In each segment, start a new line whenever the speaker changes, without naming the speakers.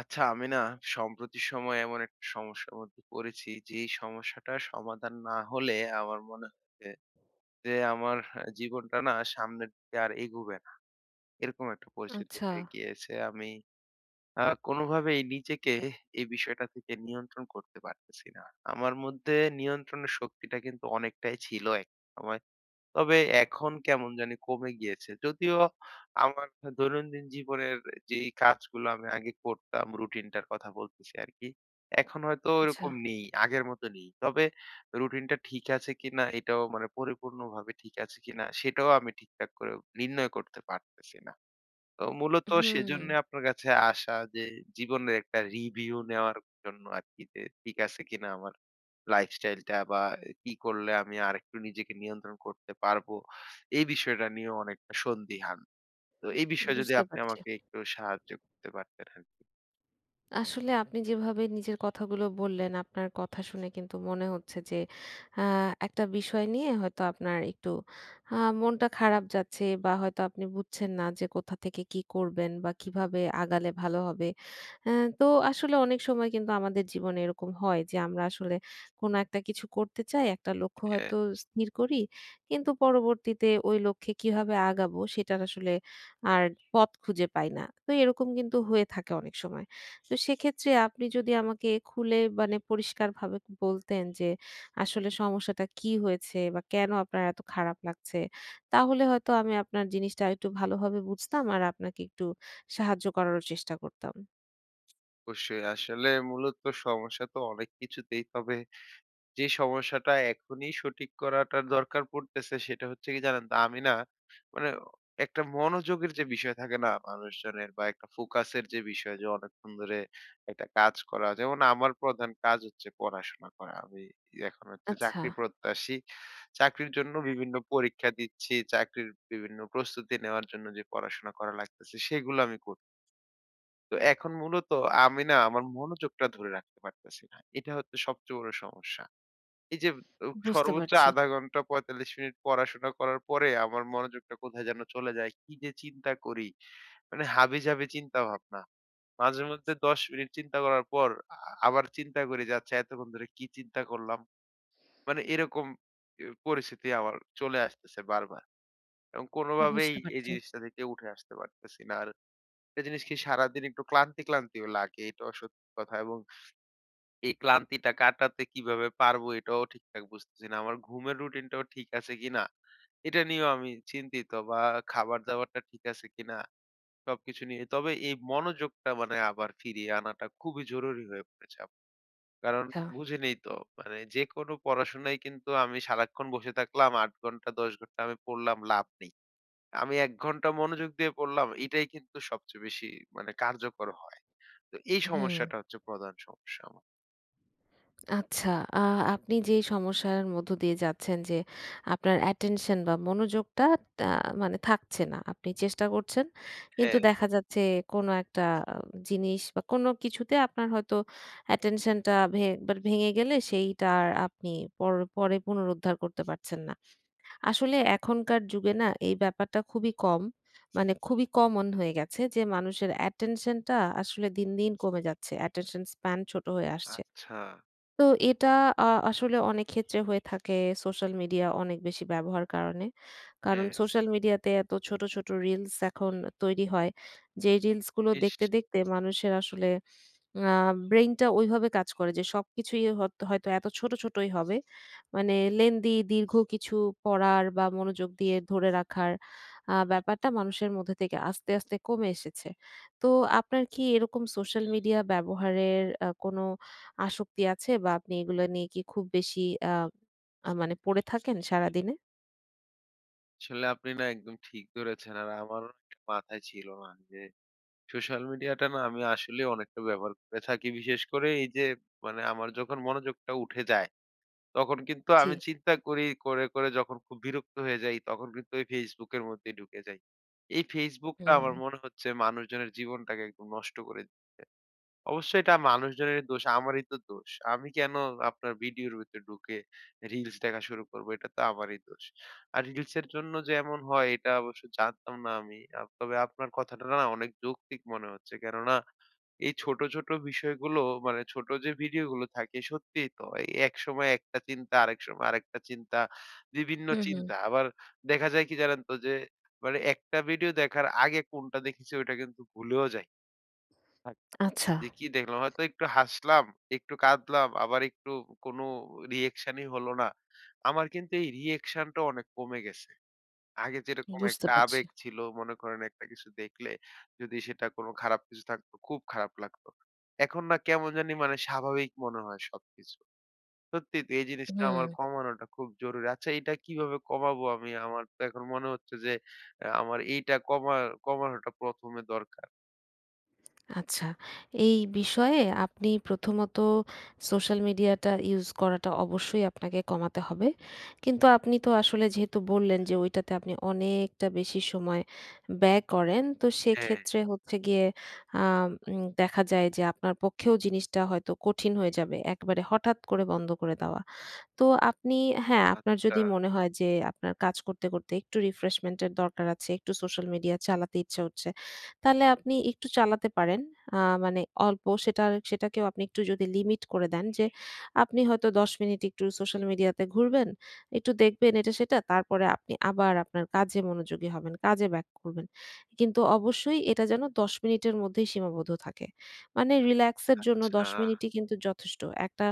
আচ্ছা আমি না সম্প্রতি সময়ে এমন একটা সমস্যার মধ্যে পড়েছি যে এই সমস্যাটা সমাধান না হলে আমার মনে হচ্ছে যে আমার জীবনটা না সামনের দিকে আর এগোবে না। এরকম একটা পরিস্থিতি
আচ্ছা,
হয়ে গিয়েছে। আমি কোনোভাবেই নিজেকে এই বিষয়টা থেকে নিয়ন্ত্রণ করতে পারতেছি না। আমার মধ্যে নিয়ন্ত্রণের শক্তিটা কিন্তু অনেকটাই ছিল এক সময়। তবে এখন কেমন জানি কমে গিয়েছে। যদিও আমার দৈনন্দিন জীবনের যেই কাজগুলো আমি আগে করতাম, রুটিনটার কথা বলতেছি আরকি। এখন হয়তো
আচ্ছা।
ওরকম নেই, আগের মতো নেই। তবে রুটিনটা ঠিক আছে কিনা, এটাও মানে পরিপূর্ণভাবে ঠিক আছে কিনা সেটাও আমি ঠিকঠাক করে নির্ণয় করতে পারতেছি না। তো মূলত
হুম,
সেজন্য আপনার কাছে আসা, যে জীবনের একটা রিভিউ নেওয়ার জন্য আরকি, যে ঠিক আছে কিনা আমার লাইফস্টাইলটা, বা কি করলে আমি আরেকটু নিজেকে নিয়ন্ত্রণ করতে পারবো। এই বিষয়টা নিয়ে অনেকটা সন্দিহান। তো এই বিষয়ে যদি
বুঝতে
আপনি
পারছি।
আমাকে একটু সাহায্য করতে পারতেন আরকি।
আসলে আপনি যেভাবে নিজের কথাগুলো বললেন, আপনার কথা শুনে কিন্তু মনে হচ্ছে যে আ একটা বিষয় নিয়ে হয়তো আপনার একটু মনটা খারাপ যাচ্ছে বা হয়তো আপনি বুঝছেন না যে কোথা থেকে কি করবেন বা কিভাবে আগালে ভালো হবে। অ্যা তো আসলে অনেক সময় কিন্তু আমাদের জীবনে এরকম হয় যে আমরা আসলে কোনো একটা কিছু করতে চাই, একটা লক্ষ্য
হ্যাঁ,
হয়তো স্থির করি। কিন্তু পরবর্তীতে ওই লক্ষ্যে কিভাবে আগাবো সেটার আসলে আর পথ খুঁজে পাই না। তো এরকম কিন্তু হয়ে থাকে অনেক সময়। তো সেক্ষেত্রে আপনি যদি আমাকে খুলে মানে পরিষ্কারভাবে বলতেন যে আসলে সমস্যাটা কি হয়েছে বা কেন আপনার এত খারাপ লাগছে, তাহলে হয়তো আমি আপনার জিনিসটা আরেকটু ভালোভাবে বুঝতাম আর আপনাকে একটু সাহায্য করারও চেষ্টা করতাম।
অবশ্যই। আসলে মূলত সমস্যা তো অনেক কিছুতেই। তবে যে সমস্যাটা এখনই সঠিক করাটার দরকার পড়তেছে সেটা হচ্ছে কি জানেন তো, আমি না মানে একটা মনোযোগের যে বিষয় থাকে না মানুষজনের, বা একটা ফোকাসের যে বিষয় যে অনেকক্ষণ ধরে একটা কাজ করা, যেমন আমার প্রধান কাজ হচ্ছে পড়াশোনা করা। আমি এখন হচ্ছে
আচ্ছা,
চাকরি প্রত্যাশী, চাকরির জন্য বিভিন্ন পরীক্ষা দিচ্ছি, চাকরির বিভিন্ন প্রস্তুতি নেওয়ার জন্য যে পড়াশোনা করা লাগতেছে সেগুলো আমি করছি। তো এখন মূলত আমি না আমার মনোযোগটা ধরে রাখতে পারতেছি না, এটা হচ্ছে সবচেয়ে বড় সমস্যা। এই যে
বুঝতে
সর্বোচ্চ
পারছি,
০.৫ ঘন্টা ৪৫ মিনিট পড়াশোনা করার পরে আমার মনোযোগটা কোথায় যেন চলে যায়। কি যে চিন্তা করি! মানে হাবিজাবি চিন্তা ভাবনা। মাঝে মধ্যে ১০ মিনিট চিন্তা করার পর আবার চিন্তা করি যে, "আচ্ছা এতক্ষণ ধরে কি চিন্তা করলাম?" মানে এরকম এ পরিস্থিতি আমার চলে আসতেছে বারবার। এবং কোনোভাবেই
বুঝতে
এই
পারছি।
জিনিসটা থেকে উঠে আসতে পারতেছি না। আর একটা জিনিস কি, সারাদিন একটু ক্লান্তি, ক্লান্তিও লাগে। এটাও সত্যি কথা। এবং এই ক্লান্তিটা কাটাতে কিভাবে পারবো এটাও ঠিকঠাক বুঝতেছি না। আমার ঘুমের রুটিনটাও ঠিক আছে কিনা? এটা নিয়েও আমি চিন্তিত। বা খাবার-দাবারটা ঠিক আছে কিনা? সবকিছু নিয়ে। তবে এই মনোযোগটা মানে আবার ফিরিয়ে আনাটা খুবই জরুরি হয়ে পড়েছে। কারণ
আচ্ছা,
বুঝেনই তো, মানে যেকোনো পড়াশোনায় কিন্তু আমি সারাক্ষণ বসে থাকলাম ৮ ঘন্টা ১০ ঘন্টা, আমি পড়লাম, লাভ নেই। আমি ১ ঘন্টা মনোযোগ দিয়ে পড়লাম, এটাই কিন্তু সবচেয়ে বেশি মানে কার্যকর হয়। তো এই
হুম।
সমস্যাটা হচ্ছে প্রধান সমস্যা আমার।
আচ্ছা, আ আপনি যে সমস্যার মধ্য দিয়ে যাচ্ছেন যে আপনার attention বা মনোযোগটা তা মানে থাকছে না। আপনি চেষ্টা করছেন। কিন্তু
হ্যাঁ,
দেখা যাচ্ছে কোনো একটা আহ, জিনিস বা কোনো কিছুতে আপনার হয়তো attention টা একবার ভেঙে গেলে সেইটা আর আপনি পরে পুনরুদ্ধার করতে পারছেন না। আসলে এখনকার যুগে না এই ব্যাপারটা খুবই কম। মানে খুবই কমন হয়ে গেছে যে মানুষের attention টা আসলে দিন, দিন কমে যাচ্ছে। attention span ছোট হয়ে আসছে।
আচ্ছা।
তো এটা আ আসলে অনেক ক্ষেত্রে হয়ে থাকে সোশ্যাল মিডিয়া অনেক বেশি ব্যবহার কারণে। কারণ
হ্যাঁ,
সোশ্যাল মিডিয়াতে এত ছোট, ছোট রিলস এখন তৈরি হয়। যে রিলসগুলো
ইস!
দেখতে, দেখতে মানুষের আসলে আ ব্রেইনটা ওইভাবে কাজ করে যে সবকিছুই হয়তো এত ছোট, ছোটই হবে। মানে দীর্ঘ কিছু পড়ার বা মনোযোগ দিয়ে ধরে রাখার ব্যাপারটা মানুষের মধ্যে থেকে আস্তে, আস্তে কমে এসেছে। তো আপনার কি এরকম সোশ্যাল মিডিয়া ব্যবহারের কোনো আসক্তি আছে বা আপনি এগুলো নিয়ে কি খুব বেশি আ আ মানে পড়ে থাকেন সারাদিনে?
আসলে আপনি না একদম ঠিক ধরেছেন। আর আমারও এটা মাথায় ছিল না যে সোশ্যাল মিডিয়াটা না আমি আসলে অনেকটা ব্যবহার করে থাকি। বিশেষ করে এই যে মানে আমার যখন মনোযোগটা উঠে যায়, তখন কিন্তু
জি।
আমি চিন্তা করে, করে যখন খুব বিরক্ত হয়ে যাই তখন কিন্তু ওই Facebook এর মধ্যেই ঢুকে যাই। এই Facebook টা
হুম,
আমার মনে হচ্ছে মানুষজনের জীবনটাকে একদম নষ্ট করে। অবশ্যই এটা মানুষজনের দোষ, আমারই তো দোষ। আমি কেন আপনার ভিডিওর ভিতরে ঢুকে রিলস দেখা শুরু করব? এটা তো আমারই দোষ। আর রিলসের জন্য যে এমন হয় এটা অবশ্য জানতাম না আমি। তবে আপনার কথাটা না অনেক যৌক্তিক মনে হচ্ছে। কেননা এই ছোট, ছোট বিষয়গুলো মানে ছোট যে ভিডিওগুলো থাকে, সত্যিই তো। এই একসময় একটা চিন্তা, আরেক সময় আরেকটা চিন্তা, বিভিন্ন
হুম।
চিন্তা। আবার দেখা যায় কি জানেন তো? যে মানে একটা ভিডিও দেখার আগে কোনটা দেখেছি ওইটা কিন্তু ভুলেও যাই। আচ্ছা।
আচ্ছা,
যে কি দেখলাম? হয়তো একটু হাসলাম, একটু কাঁদলাম, আবার একটু কোনো রিঅ্যাকশনই হলো না। আমার কিন্তু এই রিঅ্যাকশনটা অনেক কমে গেছে। আগে যেরকম
বুঝতে
একটা
পারছি।
আবেগ ছিল, মনে করেন একটা কিছু দেখলে যদি সেটা কোনো খারাপ কিছু থাকতো, খুব খারাপ লাগতো। এখন না কেমন জানি মানে স্বাভাবিক মনে হয় সবকিছু। সত্যিই তো এই জিনিসটা
হুম।
আমার কমানোটা খুব জরুরি। আচ্ছা এটা কিভাবে কমাবো আমি? আমার তো এখন মনে হচ্ছে যে আমার এইটা কমানোটা ১ম এ দরকার।
আচ্ছা। এই বিষয়ে আপনি প্রথমত সোশ্যাল মিডিয়াটা ইউজ করাটা অবশ্যই আপনাকে কমাতে হবে। কিন্তু আপনি তো আসলে যেহেতু বললেন যে ওইটাতে আপনি অনেকটা বেশি সময় ব্যয় করেন। তো
হ্যাঁ,
সেক্ষেত্রে হচ্ছে গিয়ে আম উম দেখা যায় যে আপনার পক্ষেও জিনিসটা হয়তো কঠিন হয়ে যাবে। একবারে হঠাৎ করে বন্ধ করে দেওয়া। তো আপনি হ্যাঁ, আপনার
আচ্ছা,
যদি মনে হয় যে আপনার কাজ করতে, করতে একটু রিফ্রেশমেন্ট এর দরকার আছে, একটু সোশ্যাল মিডিয়া চালাতে ইচ্ছা হচ্ছে, তাহলে আপনি একটু চালাতে পারেন। আ মানে অল্প সেটা সেটাকেও আপনি একটু যদি লিমিট করে দেন যে আপনি হয়তো ১০ মিনিট একটু সোশ্যাল মিডিয়াতে ঘুরবেন, একটু দেখবেন এটা সেটা, তারপরে আপনি আবার আপনার কাজে মনোযোগী হবেন, কাজে ব্যাক করবেন। কিন্তু অবশ্যই এটা যেন ১০ মিনিটের মধ্যেই সীমাবদ্ধ থাকে। মানে রিল্যাক্স এর জন্য
আচ্ছা।
১০ মিনিটই কিন্তু যথেষ্ট। একটা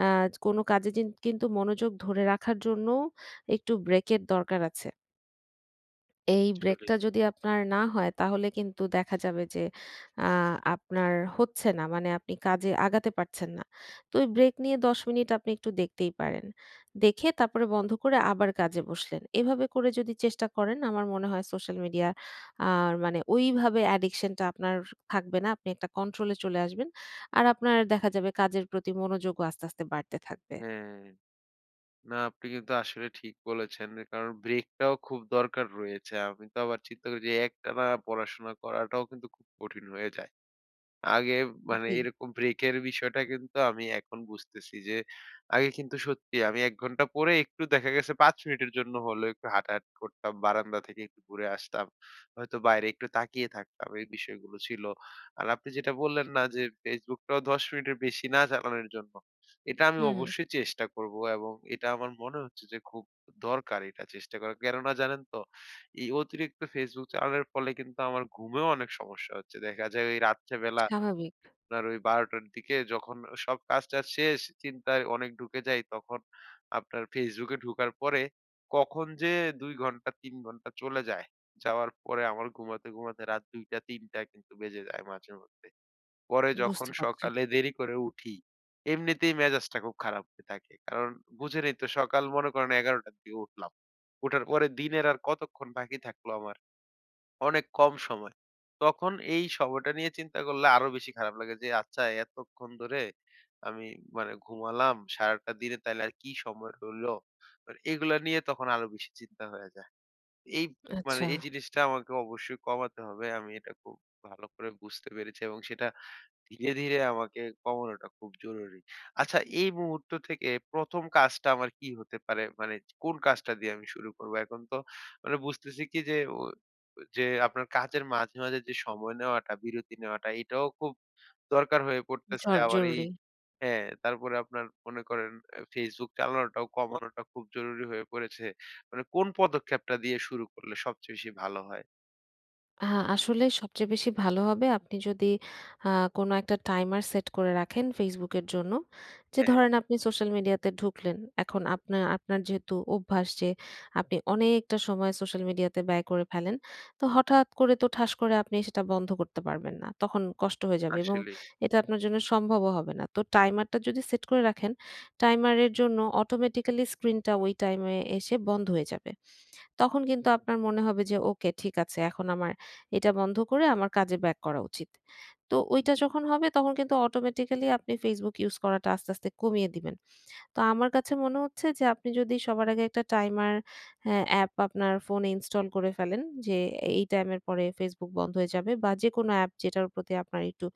আ কোনো কাজে কিন্তু মনোযোগ ধরে রাখার জন্য একটু ব্রেকের দরকার আছে। এই
আসলেই,
ব্রেকটা যদি আপনার না হয় তাহলে কিন্তু দেখা যাবে যে আ আপনার হচ্ছে না। মানে আপনি কাজে আগাতে পারছেন না। তো ওই ব্রেক নিয়ে ১০ মিনিট আপনি একটু দেখতেই পারেন। দেখে তারপরে বন্ধ করে আবার কাজে বসলেন। এভাবে করে যদি চেষ্টা করেন আমার মনে হয় সোশ্যাল মিডিয়া আর মানে ওইভাবে অ্যাডিকশন টা আপনার থাকবে না। আপনি একটা কন্ট্রোল এ চলে আসবেন। আর আপনার দেখা যাবে কাজের প্রতি মনোযোগও আস্তে, আস্তে বাড়তে থাকবে।
হ্যাঁ। না আপনি কিন্তু আসলে ঠিক বলেছেন। কারণ ব্রেকটাও খুব দরকার রয়েছে। আমি তো আবার চিন্তা করি যে একটানা পড়াশোনা করাটাও কিন্তু খুব কঠিন হয়ে যায়। আগে মানে
জি,
এরকম ব্রেকের বিষয়টা কিন্তু আমি এখন বুঝতেছি যে আগে কিন্তু সত্যি আমি ১ ঘন্টা পড়ে একটু, দেখা গেছে ৫ মিনিটের জন্য হলেও একটু হাঁটাহাঁটি করতাম। বারান্দা থেকে একটু ঘুরে আসতাম। হয়তো বাইরে একটু তাকিয়ে থাকতাম। এই বিষয়গুলো ছিল। আর আপনি যেটা বললেন না যে Facebook টাও ১০ মিনিটের বেশি না চালানোর জন্য। এটা আমি
হুম,
অবশ্যই চেষ্টা করব, এবং এটা আমার মনে হচ্ছে যে খুব দরকার এটা চেষ্টা করা। কেননা জানেন তো এই অতিরিক্ত Facebook চালানোর ফলে কিন্তু আমার ঘুমেও অনেক সমস্যা হচ্ছে। দেখা যায় ওই রাত্রেবেলা
স্বাভাবিক,
আপনার ওই ১২:০০ র দিকে যখন সব কাজ-টাজ শেষ, চিন্তায় অনেক ঢুকে যাই, তখন আপনার Facebook এ ঢোকার পরে কখন যে ২ ঘন্টা ৩ ঘন্টা চলে যায়, যাওয়ার পরে আমার ঘুমাতে, ঘুমাতে রাত ২:০০-৩:০০ কিন্তু বেজে যায় মাঝেমধ্যে। পরে যখন
বুঝতে পারছি।
সকালে দেরি করে উঠি, এমনিতেই মেজাজটা খুব খারাপ হয়ে থাকে। কারণ বুঝেনই তো, সকাল মনে করেন ১১:০০ টার দিকে উঠলাম। উঠার পরে দিনের আর কতক্ষণ বাকি থাকলো আমার? অনেক কম সময়। তখন এই সময়টা নিয়ে চিন্তা করলে আরো বেশি খারাপ লাগে যে, আচ্ছা এতক্ষণ ধরে আমি মানে ঘুমালাম, সারাটা দিনে তাইলে আর কি সময় হলো? মানে এগুলা নিয়ে তখন আরো বেশি চিন্তা হয়ে যায়। এই মানে
আচ্ছা,
এই জিনিসটা আমাকে অবশ্যই কমাতে হবে। আমি এটা খুব ভালো করে বুঝতে পেরেছি, এবং সেটা ধীরে, ধীরে আমাকে কমানোটা খুব জরুরি। আচ্ছা এই মুহূর্ত থেকে ১ম কাজটা আমার কি হতে পারে? মানে কোন কাজটা দিয়ে আমি শুরু করব? এখন তো মানে বুঝতেছি কি যে যে আপনার কাজের মাঝে, মাঝে যে সময় নেওয়াটা, বিরতি নেওয়াটা, এটাও খুব দরকার হয়ে পড়তেছে। আবার এই
জরুরি।
হ্যাঁ, তারপরে আপনার মনে করেন Facebook চালানোটাও কমানোটা খুব জরুরি হয়ে পড়েছে। মানে কোন পদক্ষেপটা দিয়ে শুরু করলে সবচেয়ে বেশি ভালো হয়?
আ আসলে সবচেয়ে বেশি ভালো হবে আপনি যদি আ কোনো একটা টাইমার সেট করে রাখেন Facebook এর জন্য। যে
হ্যাঁ,
ধরেন আপনি সোশ্যাল মিডিয়াতে ঢুকলেন। এখন আপনার যেহেতু অভ্যাস যে আপনি অনেকটা সময় সোশ্যাল মিডিয়াতে ব্যয় করে ফেলেন। তো হঠাৎ করে তো ঠাস করে আপনি সেটা বন্ধ করতে পারবেন না। তখন কষ্ট হয়ে যাবে এবং
আসলেই।
এটা আপনার জন্য সম্ভবও হবে না। তো টাইমারটা যদি সেট করে রাখেন, টাইমারের জন্য অটোমেটিক্যালি স্ক্রিনটা ওই টাইমে এসে বন্ধ হয়ে যাবে। তখন কিন্তু আপনার মনে হবে যে ওকে ঠিক আছে এখন আমার এটা বন্ধ করে আমার কাজে ব্যাক করা উচিত। তো ওইটা যখন হবে তখন কিন্তু অটোমেটিক্যালি আপনি Facebook ইউজ করাটা আস্তে, আস্তে কমিয়ে দিবেন। তো আমার কাছে মনে হচ্ছে যে আপনি যদি সবার আগে একটা টাইমার হ্যাঁ, অ্যাপ আপনার ফোনে ইনস্টল করে ফেলেন যে এই টাইমের পরে Facebook বন্ধ হয়ে যাবে বা যেকোনো অ্যাপ যেটার প্রতি আপনার একটু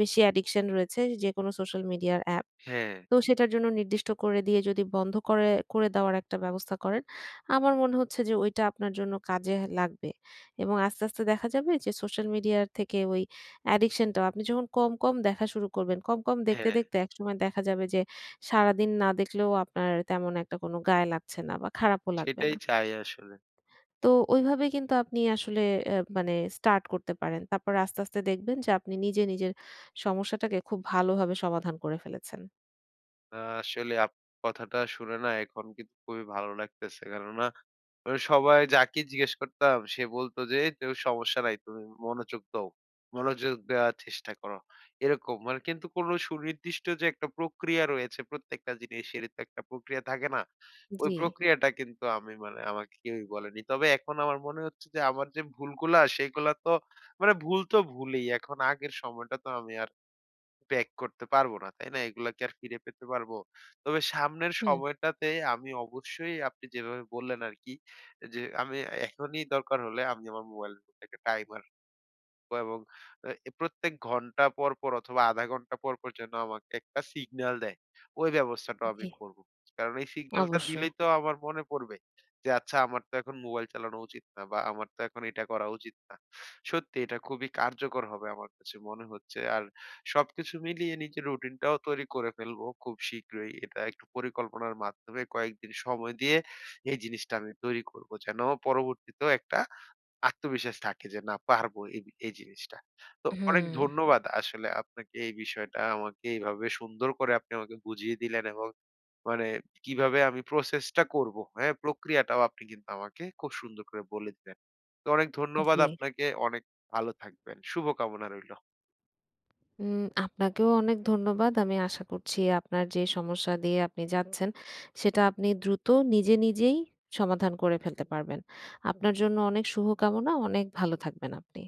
বেশি অ্যাডিকশন রয়েছে যেকোনো সোশ্যাল মিডিয়ার অ্যাপ।
হ্যাঁ,
তো সেটার জন্য নির্দিষ্ট করে দিয়ে যদি বন্ধ করে করে দেওয়ার একটা ব্যবস্থা করেন, আমার মনে হচ্ছে যে ওইটা আপনার জন্য কাজে লাগবে এবং আস্তে, আস্তে দেখা যাবে যে সোশ্যাল মিডিয়ার থেকে ওই অ্যাডিকশনটাও আপনি যখন কম, কম দেখা শুরু করবেন, কম, কম দেখতে,
হ্যাঁ,
দেখতে একসময় দেখা যাবে যে সারাদিন না দেখলেও আপনার তেমন একটা কোনো গায়ে লাগছে না বা খারাপও লাগবে
সেটাই
না।
চাই আসলে।
তো ওইভাবে কিন্তু আপনি আসলে মানে স্টার্ট করতে পারেন। তারপর আস্তে, আস্তে দেখবেন যে আপনি নিজে নিজের সমস্যাটাকে খুব ভালোভাবে সমাধান করে ফেলেছেন।
আসলে কথাটা শুনে না এখন কিন্তু খুবই ভালো লাগতেছে। কেননা সবাই যাকে জিজ্ঞেস করতাম সে বলত যে, "এই তো সমস্যা নাই। তুমি মনোযোগ দাও। মনোযোগ দেওয়ার চেষ্টা করো।" এরকম। মানে কিন্তু কোন সুনির্দিষ্ট যে একটা প্রক্রিয়া রয়েছে, প্রত্যেকটা জিনিসেরই তো একটা প্রক্রিয়া থাকে না? ওই
জি,
প্রক্রিয়াটা কিন্তু আমি মানে আমাকে কেউই বলেনি। তবে এখন আমার মনে হচ্ছে যে আমার যে ভুলগুলা সেগুলা তো মানে ভুল তো ভুলই। এখন আগের সময়টা তো আমি আর ব্যাক করতে পারব না, তাই না? এগুলা কি আর ফিরে পেতে পারবো? তবে সামনের
হুম,
সময়টাতে আমি অবশ্যই আপনি যেভাবে বললেন আরকি, যে, আমি এখনই দরকার হলে আমি আমার মোবাইলের মধ্যে একটা টাইমার এবং আ প্রত্যেক ঘন্টা পর, পর অথবা ০.৫ ঘন্টা পর, পর যেন আমাকে একটা সিগন্যাল দেয়। ওই ব্যবস্থাটাও
জি,
আমি করব। কারণ এই সিগন্যালটা
অবশ্যই।
দিলেই তো আমার মনে পড়বে যে, আচ্ছা আমার তো এখন মোবাইল চালানো উচিত না, বা আমার তো এখন এটা করা উচিত না। সত্যি এটা খুবই কার্যকর হবে আমার কাছে মনে হচ্ছে। আর সবকিছু মিলিয়ে নিজের রুটিনটাও তৈরি করে ফেলবো খুব শীঘ্রই। এটা একটু পরিকল্পনার মাধ্যমে কয়েকদিন সময় দিয়ে এই জিনিসটা আমি তৈরি করব। যেন পরবর্তীতেও একটা আত্মবিশ্বাস থাকে যে না পারবো এই এই জিনিসটা। তো অনেক
হুম,
ধন্যবাদ আসলে আপনাকে, এই বিষয়টা আমাকে এইভাবে সুন্দর করে আপনি আমাকে বুঝিয়ে দিলেন এবং মানে কিভাবে আমি প্রসেসটা করব, হ্যাঁ? প্রক্রিয়াটাও আপনি কিন্তু আমাকে খুব সুন্দর করে বলে দিলেন। তো অনেক ধন্যবাদ
জি।
আপনাকে। অনেক ভালো থাকবেন। শুভকামনা রইল।
আপনাকেও অনেক ধন্যবাদ। আমি আশা করছি আপনার যে সমস্যা দিয়ে আপনি যাচ্ছেন, সেটা আপনি দ্রুত নিজে নিজেই সমাধান করে ফেলতে পারবেন। আপনার জন্য অনেক শুভকামনা, অনেক ভালো থাকবেন আপনি।